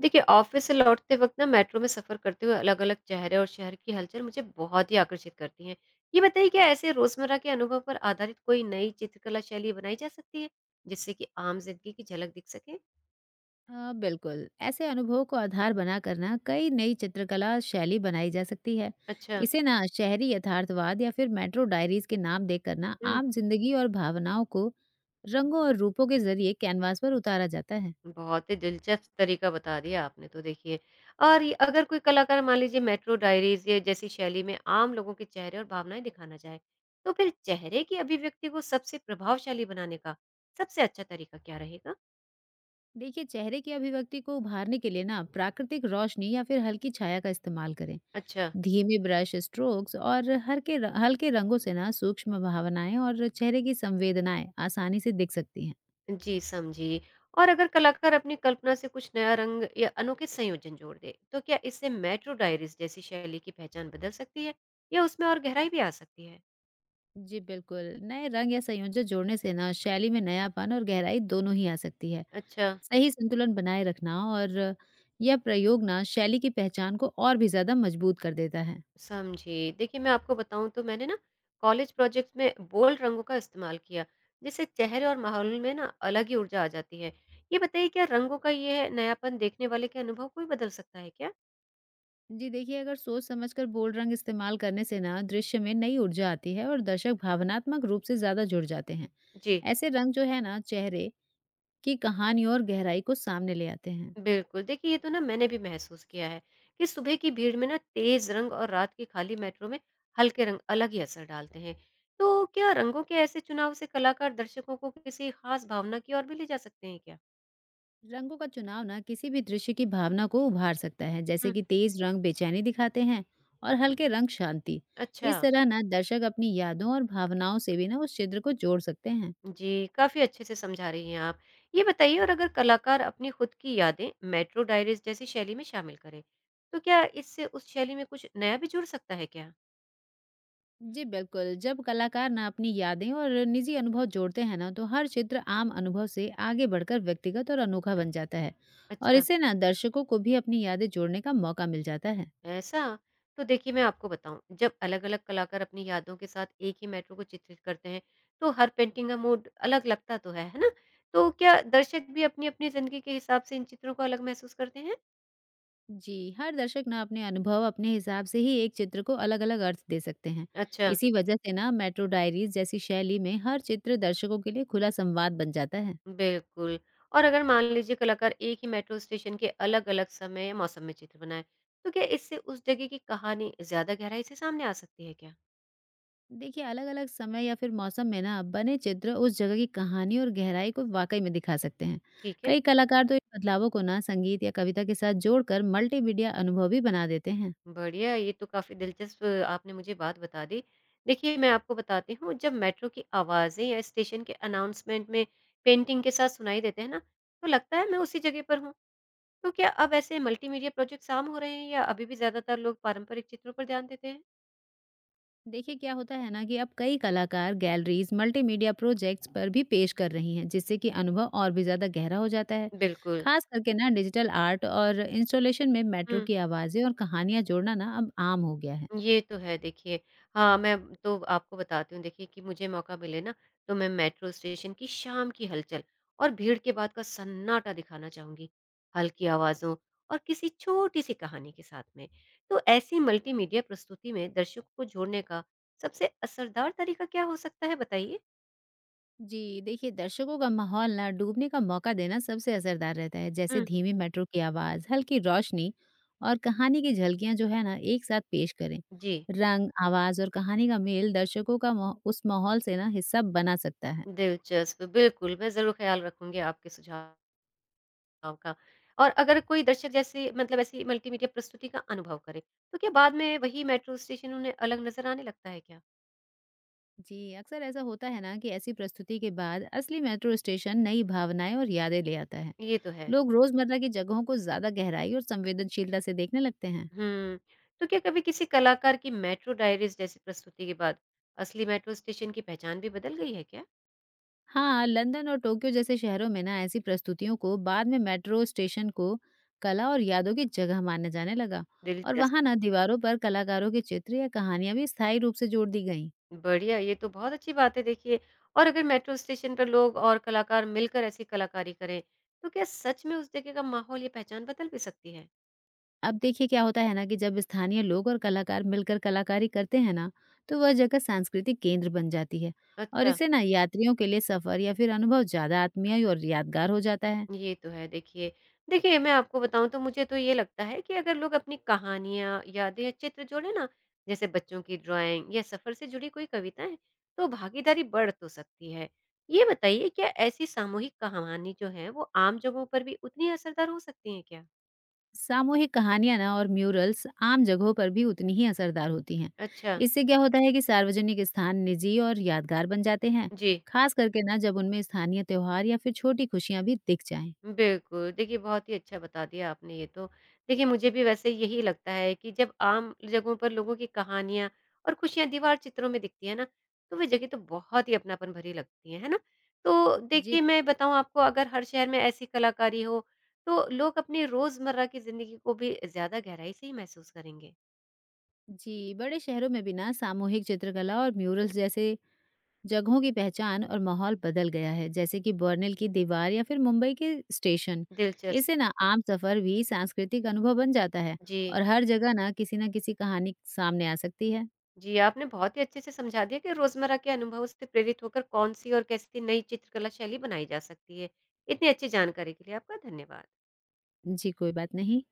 देखिए, ऑफिस से लौटते वक्त ना मेट्रो में सफर करते हुए अलग अलग चेहरे और शहर की हलचल मुझे बहुत ही आकर्षित करती है। ये बताइए, क्या ऐसे रोजमर्रा के अनुभव पर आधारित कोई नई चित्रकला शैली बनाई जा सकती है जिससे कि आम जिंदगी की झलक दिख सके? हाँ बिल्कुल, ऐसे अनुभव को आधार बनाकर ना कई नई चित्रकला शैली बनाई जा सकती है। अच्छा। इसे ना शहरी यथार्थवाद या फिर मेट्रो डायरीज के नाम देकर ना हम्म। आम जिंदगी और भावनाओं को रंगों और रूपों के जरिए कैनवास पर उतारा जाता है। बहुत ही दिलचस्प तरीका बता दिया आपने। तो देखिए, और ये अगर कोई कलाकार, मान लीजिए मेट्रो डायरीज या जैसी शैली में आम लोगों के चेहरे और भावनाएं दिखाना चाहे, तो फिर चेहरे की अभिव्यक्ति को सबसे प्रभावशाली बनाने का सबसे अच्छा तरीका क्या रहेगा? देखिए, चेहरे की अभिव्यक्ति को उभारने के लिए ना प्राकृतिक रोशनी या फिर हल्की छाया का इस्तेमाल करें। अच्छा। धीमे ब्रश स्ट्रोक्स और हल्के हल्के रंगों से ना सूक्ष्म भावनाएं और चेहरे की संवेदनाएं आसानी से दिख सकती हैं। जी, समझी। और अगर कलाकार अपनी कल्पना से कुछ नया रंग या अनोखे संयोजन जोड़ दे, तो क्या इससे मेट्रो डायरीज़ जैसी शैली की पहचान बदल सकती है या उसमें और गहराई भी आ सकती है? जी बिल्कुल, नए रंग या संयोजन जोड़ने से ना शैली में नयापन और गहराई दोनों ही आ सकती है। अच्छा, सही संतुलन बनाए रखना और यह प्रयोग ना शैली की पहचान को और भी ज़्यादा मजबूत कर देता है। समझी। देखिए, मैं आपको बताऊँ, तो मैंने ना कॉलेज प्रोजेक्ट्स में बोल्ड रंगों का इस्तेमाल किया, जिससे चेहरे और माहौल में ना अलग ही ऊर्जा आ जाती है। ये बताइए, क्या रंगों का ये नयापन देखने वाले के अनुभव को भी बदल सकता है क्या? जी देखिए, अगर सोच समझकर बोल्ड रंग इस्तेमाल करने से ना दृश्य में नई ऊर्जा आती है और दर्शक भावनात्मक रूप से ज़्यादा जुड़ जाते हैं। जी। ऐसे रंग जो है ना चेहरे की कहानी और गहराई को सामने ले आते हैं। बिल्कुल, देखिए ये तो ना मैंने भी महसूस किया है कि सुबह की भीड़ में ना तेज रंग और रात की खाली मेट्रो में हल्के रंग अलग ही असर डालते हैं। तो क्या रंगों के ऐसे चुनाव से कलाकार दर्शकों को किसी खास भावना की ओर भी ले जा सकते हैं क्या? रंगों का चुनाव ना किसी भी दृश्य की भावना को उभार सकता है, जैसे हम्म। कि तेज रंग बेचैनी दिखाते हैं और हल्के रंग शांति। अच्छा। इस तरह ना दर्शक अपनी यादों और भावनाओं से भी ना उस चित्र को जोड़ सकते हैं। जी, काफी अच्छे से समझा रही हैं आप। ये बताइए, और अगर कलाकार अपनी खुद की यादें मेट्रो डायरीज जैसी शैली में शामिल करें, तो क्या इससे उस शैली में कुछ नया भी जुड़ सकता है क्या? जी बिल्कुल, जब कलाकार ना अपनी यादें और निजी अनुभव जोड़ते हैं ना तो हर चित्र आम अनुभव से आगे बढ़कर व्यक्तिगत और अनोखा बन जाता है। और अच्छा। इससे ना दर्शकों को भी अपनी यादें जोड़ने का मौका मिल जाता है। ऐसा? तो देखिए, मैं आपको बताऊँ, जब अलग-अलग कलाकार अपनी यादों के साथ एक ही मेट्रो को चित्रित करते हैं, तो हर पेंटिंग का मूड अलग लगता तो है ना? तो क्या दर्शक भी अपनी-अपनी ज़िंदगी के हिसाब से इन चित्रों को अलग महसूस करते हैं? जी, हर दर्शक ना अपने अनुभव, अपने हिसाब से ही एक चित्र को अलग-अलग अर्थ दे सकते हैं। अच्छा, इसी वजह से ना मेट्रो डायरीज जैसी शैली में हर चित्र दर्शकों के लिए खुला संवाद बन जाता है। बिल्कुल। और अगर मान लीजिए कलाकार एक ही मेट्रो स्टेशन के अलग-अलग समय या मौसम में चित्र बनाएँ, तो क्या इससे उस जगह की कहानी ज़्यादा गहराई से सामने आ सकती है क्या? देखिए, अलग-अलग समय या फिर मौसम में ना बने चित्र उस जगह की कहानी और गहराई को वाकई में दिखा सकते हैं। ठीक है। कई कलाकार तो इन बदलावों को ना संगीत या कविता के साथ जोड़कर मल्टीमीडिया अनुभव भी बना देते हैं। बढ़िया, ये तो काफ़ी दिलचस्प आपने मुझे बात बता दी। देखिए, मैं आपको बताती हूँ, जब मेट्रो की आवाज़ें या स्टेशन के अनाउंसमेंट में पेंटिंग के साथ सुनाई देते हैं ना, तो लगता है मैं उसी जगह पर हूँ। तो क्या अब ऐसे मल्टीमीडिया प्रोजेक्ट्स आम हो रहे हैं या अभी भी ज़्यादातर लोग पारंपरिक चित्रों पर ध्यान देते हैं? देखिए, क्या होता है ना कि अब कई कलाकार गैलरीज मल्टीमीडिया प्रोजेक्ट्स पर भी पेश कर रही हैं, जिससे कि अनुभव और भी ज़्यादा गहरा हो जाता है। बिल्कुल। खास करके ना डिजिटल आर्ट और इंस्टॉलेशन में मेट्रो हुँ। की आवाज़ें और कहानियां जोड़ना ना अब आम हो गया है। ये तो है देखिए। हाँ, मैं तो आपको बताती हूँ, देखिए कि मुझे मौका मिले ना, तो मैं मेट्रो स्टेशन की शाम की हलचल और भीड़ के बाद का सन्नाटा दिखाना चाहूँगी। हल्की आवाज़ों और किसी छोटी-सी कहानी के साथ में। तो ऐसी मल्टीमीडिया प्रस्तुति में दर्शकों को जोड़ने का सबसे असरदार तरीका क्या हो सकता है, बताइए? जी देखिए, दर्शकों का माहौल ना डूबने का मौका देना सबसे असरदार रहता है, जैसे हुँ। धीमी मेट्रो की आवाज़, हल्की रोशनी और कहानी की झलकियां जो है ना एक साथ पेश करें। जी, रंग, आवाज़ और कहानी का मेल दर्शकों का उस माहौल से ना हिस्सा बना सकता है। दिलचस्प बिल्कुल, मैं ज़रूर ख़्याल रखूँगी आपके सुझाव गाँव का। और अगर कोई दर्शक, जैसे ऐसी मल्टीमीडिया प्रस्तुति का अनुभव करे, तो क्या बाद में वही मेट्रो स्टेशन उन्हें अलग नज़र आने लगता है क्या? जी, अक्सर ऐसा होता है ना कि ऐसी प्रस्तुति के बाद असली मेट्रो स्टेशन नई भावनाएं और यादें ले आता है। ये तो है। लोग रोजमर्रा की जगहों को ज्यादा गहराई और संवेदनशीलता से देखने लगते हैं। हुँ। तो क्या कभी किसी कलाकार की मेट्रो डायरीज़ जैसी प्रस्तुति के बाद असली मेट्रो स्टेशन की पहचान भी बदल गई है क्या? हाँ, लंदन और टोक्यो जैसे शहरों में ना ऐसी प्रस्तुतियों को बाद में मेट्रो स्टेशन को कला और यादों की जगह माना जाने लगा। और दिलचस्प। वहां ना दीवारों पर कलाकारों के चित्र या कहानियां भी स्थायी रूप से जोड़ दी गई। बढ़िया, ये तो बहुत अच्छी बात है देखिए। और अगर मेट्रो स्टेशन पर लोग और कलाकार मिलकर ऐसी कलाकारी करें, तो क्या सच में उस जगह का माहौल या पहचान बदल भी सकती है? अब देखिए, क्या होता है ना कि जब स्थानीय लोग और कलाकार मिलकर कलाकारी करते हैं ना तो वह जगह सांस्कृतिक केंद्र बन जाती है। और अच्छा। इसे ना यात्रियों के लिए सफर या फिर अनुभव ज्यादा आत्मीय और यादगार हो जाता है। ये तो है देखिए। देखिए, मैं आपको बताऊँ तो मुझे तो ये लगता है कि अगर लोग अपनी कहानियाँ, यादें या चित्र जोड़ें ना, जैसे बच्चों की ड्राइंग या सफ़र से जुड़ी कोई कविताएँ, तो भागीदारी बढ़ तो सकती है। ये बताइए, क्या ऐसी सामूहिक कहानी जो है, वो आम जगहों पर भी उतनी असरदार हो सकती हैं क्या? सामूहिक कहानियां ना और म्यूरल्स आम जगहों पर भी उतनी ही असरदार होती हैं। अच्छा। इससे क्या होता है कि सार्वजनिक स्थान निजी और यादगार बन जाते हैं। जी। खास करके ना जब उनमें स्थानीय त्योहार या फिर छोटी खुशियां भी दिख जाएं। बिल्कुल। देखिए, बहुत ही अच्छा बता दिया आपने ये तो। देखिए, मुझे भी वैसे यही लगता है कि जब आम जगहों पर लोगों की कहानियाँ और खुशियाँ दीवार चित्रों में दिखती हैं ना, तो वे जगह तो बहुत ही अपनापन भरी लगती हैं, है ना? तो जी। देखिए, मैं बताऊँ आपको, अगर हर शहर में ऐसी कलाकारी हो, तो लोग अपनी रोज़मर्रा की ज़िंदगी को भी ज़्यादा गहराई से ही महसूस करेंगे। जी, बड़े शहरों में भी ना सामूहिक चित्रकला और म्यूरल्स जैसे जगहों की पहचान और माहौल बदल गया है, जैसे कि बर्निल की दीवार या फिर मुंबई के स्टेशन। दिलचस्प। इससे ना आम सफर भी सांस्कृतिक अनुभव बन जाता है। जी। और हर जगह ना किसी कहानी सामने आ सकती है। जी, आपने बहुत ही अच्छे से समझा दिया कि रोज़मर्रा के अनुभवों से प्रेरित होकर कौन-सी और कैसी नई चित्रकला शैली बनाई जा सकती है। इतनी अच्छी जानकारी के लिए आपका धन्यवाद। जी, कोई बात नहीं।